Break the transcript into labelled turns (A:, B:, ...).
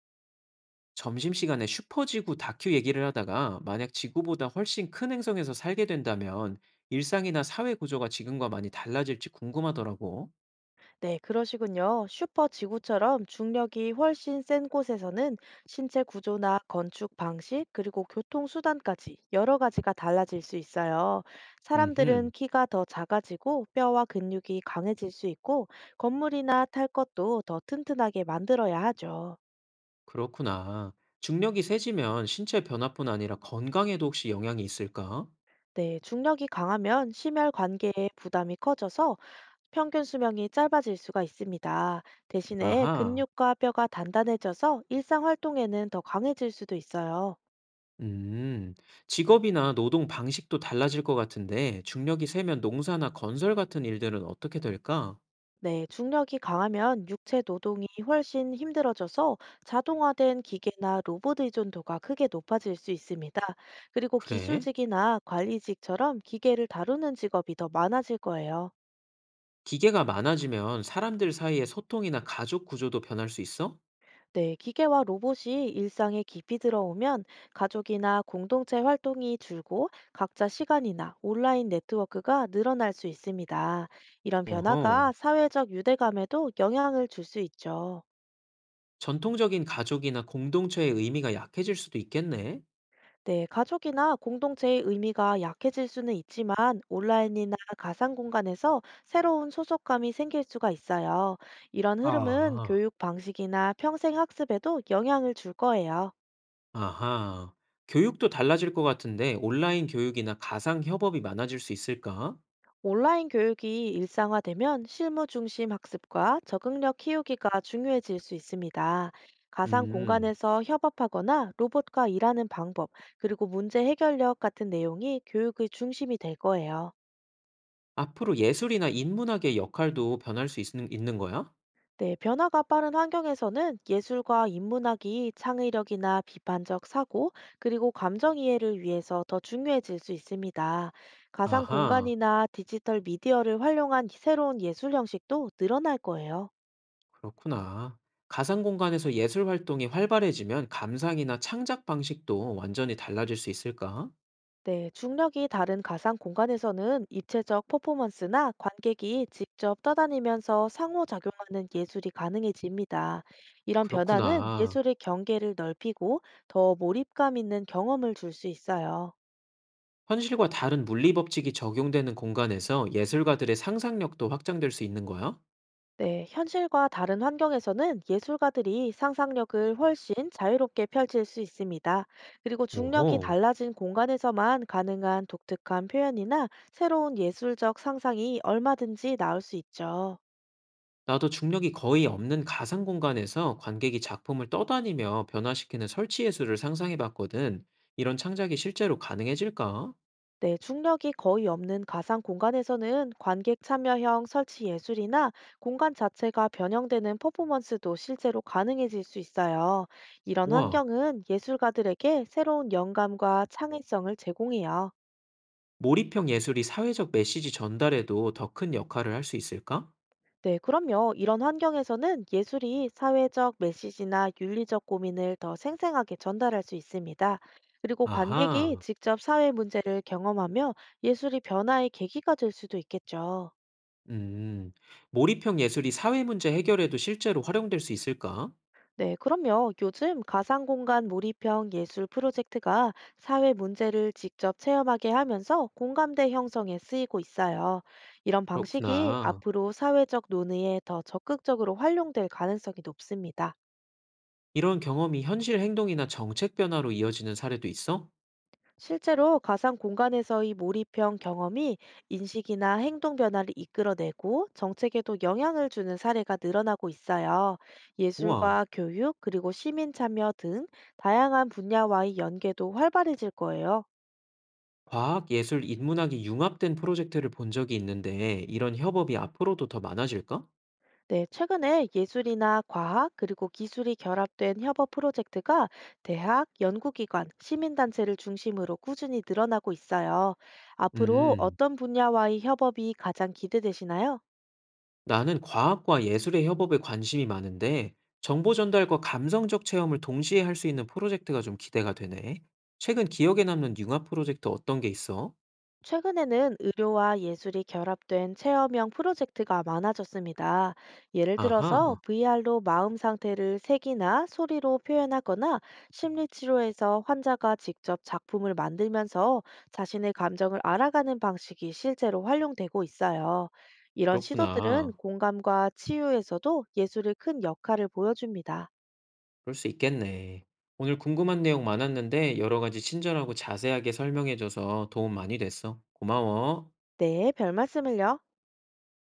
A: 점심시간에 슈퍼지구 다큐 얘기를 하다가 만약 지구보다 훨씬 큰 행성에서 살게 된다면 일상이나 사회 구조가 지금과 많이 달라질지 궁금하더라고.
B: 네, 그러시군요. 슈퍼 지구처럼 중력이 훨씬 센 곳에서는 신체 구조나 건축 방식, 그리고 교통수단까지 여러 가지가 달라질 수 있어요. 사람들은
A: 음흠,
B: 키가 더 작아지고 뼈와 근육이 강해질 수 있고 건물이나 탈 것도 더 튼튼하게 만들어야 하죠.
A: 그렇구나. 중력이 세지면 신체 변화뿐 아니라 건강에도 혹시 영향이 있을까?
B: 네, 중력이 강하면 심혈 관계에 부담이 커져서 평균 수명이 짧아질 수가 있습니다. 대신에
A: 아하,
B: 근육과 뼈가 단단해져서 일상 활동에는 더 강해질 수도 있어요.
A: 음, 직업이나 노동 방식도 달라질 것 같은데 중력이 세면 농사나 건설 같은 일들은 어떻게 될까?
B: 네, 중력이 강하면 육체 노동이 훨씬 힘들어져서 자동화된 기계나 로봇 의존도가 크게 높아질 수 있습니다. 그리고
A: 그래?
B: 기술직이나 관리직처럼 기계를 다루는 직업이 더 많아질 거예요.
A: 기계가 많아지면 사람들 사이의 소통이나 가족 구조도 변할 수 있어?
B: 네, 기계와 로봇이 일상에 깊이 들어오면 가족이나 공동체 활동이 줄고 각자 시간이나 온라인 네트워크가 늘어날 수 있습니다. 이런
A: 어허.
B: 변화가 사회적 유대감에도 영향을 줄 수 있죠.
A: 전통적인 가족이나 공동체의 의미가 약해질 수도 있겠네.
B: 네, 가족이나 공동체의 의미가 약해질 수는 있지만 온라인이나 가상 공간에서 새로운 소속감이 생길 수가 있어요. 이런 흐름은
A: 아,
B: 교육 방식이나 평생 학습에도 영향을 줄 거예요.
A: 아하. 교육도 달라질 것 같은데 온라인 교육이나 가상 협업이 많아질 수 있을까?
B: 온라인 교육이 일상화되면 실무 중심 학습과 적응력 키우기가 중요해질 수 있습니다. 가상
A: 음.
B: 공간에서 협업하거나 로봇과 일하는 방법, 그리고 문제 해결력 같은 내용이 교육의 중심이 될 거예요.
A: 앞으로 예술이나 인문학의 역할도 있는 거야?
B: 네, 변화가 빠른 환경에서는 예술과 인문학이 창의력이나 비판적 사고, 그리고 감정 이해를 위해서 더 중요해질 수 있습니다. 가상
A: 아하.
B: 공간이나 디지털 미디어를 활용한 새로운 예술 형식도 늘어날 거예요.
A: 그렇구나. 가상 공간에서 예술 활동이 활발해지면 감상이나 창작 방식도 완전히 달라질 수 있을까?
B: 네, 중력이 다른 가상 공간에서는 입체적 퍼포먼스나 관객이 직접 떠다니면서 상호작용하는 예술이 가능해집니다. 이런 변화는
A: 그렇구나.
B: 예술의 경계를 넓히고 더 몰입감 있는 경험을 줄 수 있어요.
A: 현실과 다른 물리 법칙이 적용되는 공간에서 예술가들의 상상력도 확장될 수 있는 거야?
B: 네, 현실과 다른 환경에서는 예술가들이 상상력을 훨씬 자유롭게 펼칠 수 있습니다. 그리고 중력이
A: 오호.
B: 달라진 공간에서만 가능한 독특한 표현이나 새로운 예술적 상상이 얼마든지 나올 수 있죠.
A: 나도 중력이 거의 없는 가상 공간에서 관객이 작품을 떠다니며 변화시키는 설치 예술을 상상해 봤거든. 이런 창작이 실제로 가능해질까?
B: 네, 중력이 거의 없는 가상 공간에서는 관객 참여형 설치 예술이나 공간 자체가 변형되는 퍼포먼스도 실제로 가능해질 수 있어요. 이런
A: 와,
B: 환경은 예술가들에게 새로운 영감과 창의성을 제공해요.
A: 몰입형 예술이 사회적 메시지 전달에도 더 큰 역할을 할 수 있을까?
B: 네, 그럼요. 이런 환경에서는 예술이 사회적 메시지나 윤리적 고민을 더 생생하게 전달할 수 있습니다. 그리고 관객이
A: 아하.
B: 직접 사회 문제를 경험하며 예술이 변화의 계기가 될 수도 있겠죠.
A: 음, 몰입형 예술이 사회 문제 해결에도 실제로 활용될 수 있을까?
B: 네, 그럼요. 요즘 가상공간 몰입형 예술 프로젝트가 사회 문제를 직접 체험하게 하면서 공감대 형성에 쓰이고 있어요. 이런 방식이
A: 그렇구나.
B: 앞으로 사회적 논의에 더 적극적으로 활용될 가능성이 높습니다.
A: 이런 경험이 현실 행동이나 정책 변화로 이어지는 사례도 있어?
B: 실제로 가상공간에서의 몰입형 경험이 인식이나 행동 변화를 이끌어내고 정책에도 영향을 주는 사례가 늘어나고 있어요.
A: 우와,
B: 예술과 교육, 그리고 시민 참여 등 다양한 분야와의 연계도 활발해질 거예요.
A: 과학, 예술, 인문학이 융합된 프로젝트를 본 적이 있는데 이런 협업이 앞으로도 더 많아질까?
B: 네, 최근에 예술이나 과학 그리고 기술이 결합된 협업 프로젝트가 대학, 연구기관, 시민단체를 중심으로 꾸준히 늘어나고 있어요. 앞으로
A: 음,
B: 어떤 분야와의 협업이 가장 기대되시나요?
A: 나는 과학과 예술의 협업에 관심이 많은데 정보 전달과 감성적 체험을 동시에 할 수 있는 프로젝트가 좀 기대가 되네. 최근 기억에 남는 융합 프로젝트 어떤 게 있어?
B: 최근에는 의료와 예술이 결합된 체험형 프로젝트가 많아졌습니다. 예를 들어서
A: 아하,
B: VR로 마음 상태를 색이나 소리로 표현하거나 심리치료에서 환자가 직접 작품을 만들면서 자신의 감정을 알아가는 방식이 실제로 활용되고 있어요. 이런 시도들은
A: 그렇구나.
B: 공감과 치유에서도 예술이 큰 역할을 보여줍니다.
A: 그럴 수 있겠네. 오늘 궁금한 내용 많았는데 여러 가지 친절하고 자세하게 설명해줘서 도움 많이 됐어. 고마워.
B: 네, 별 말씀을요.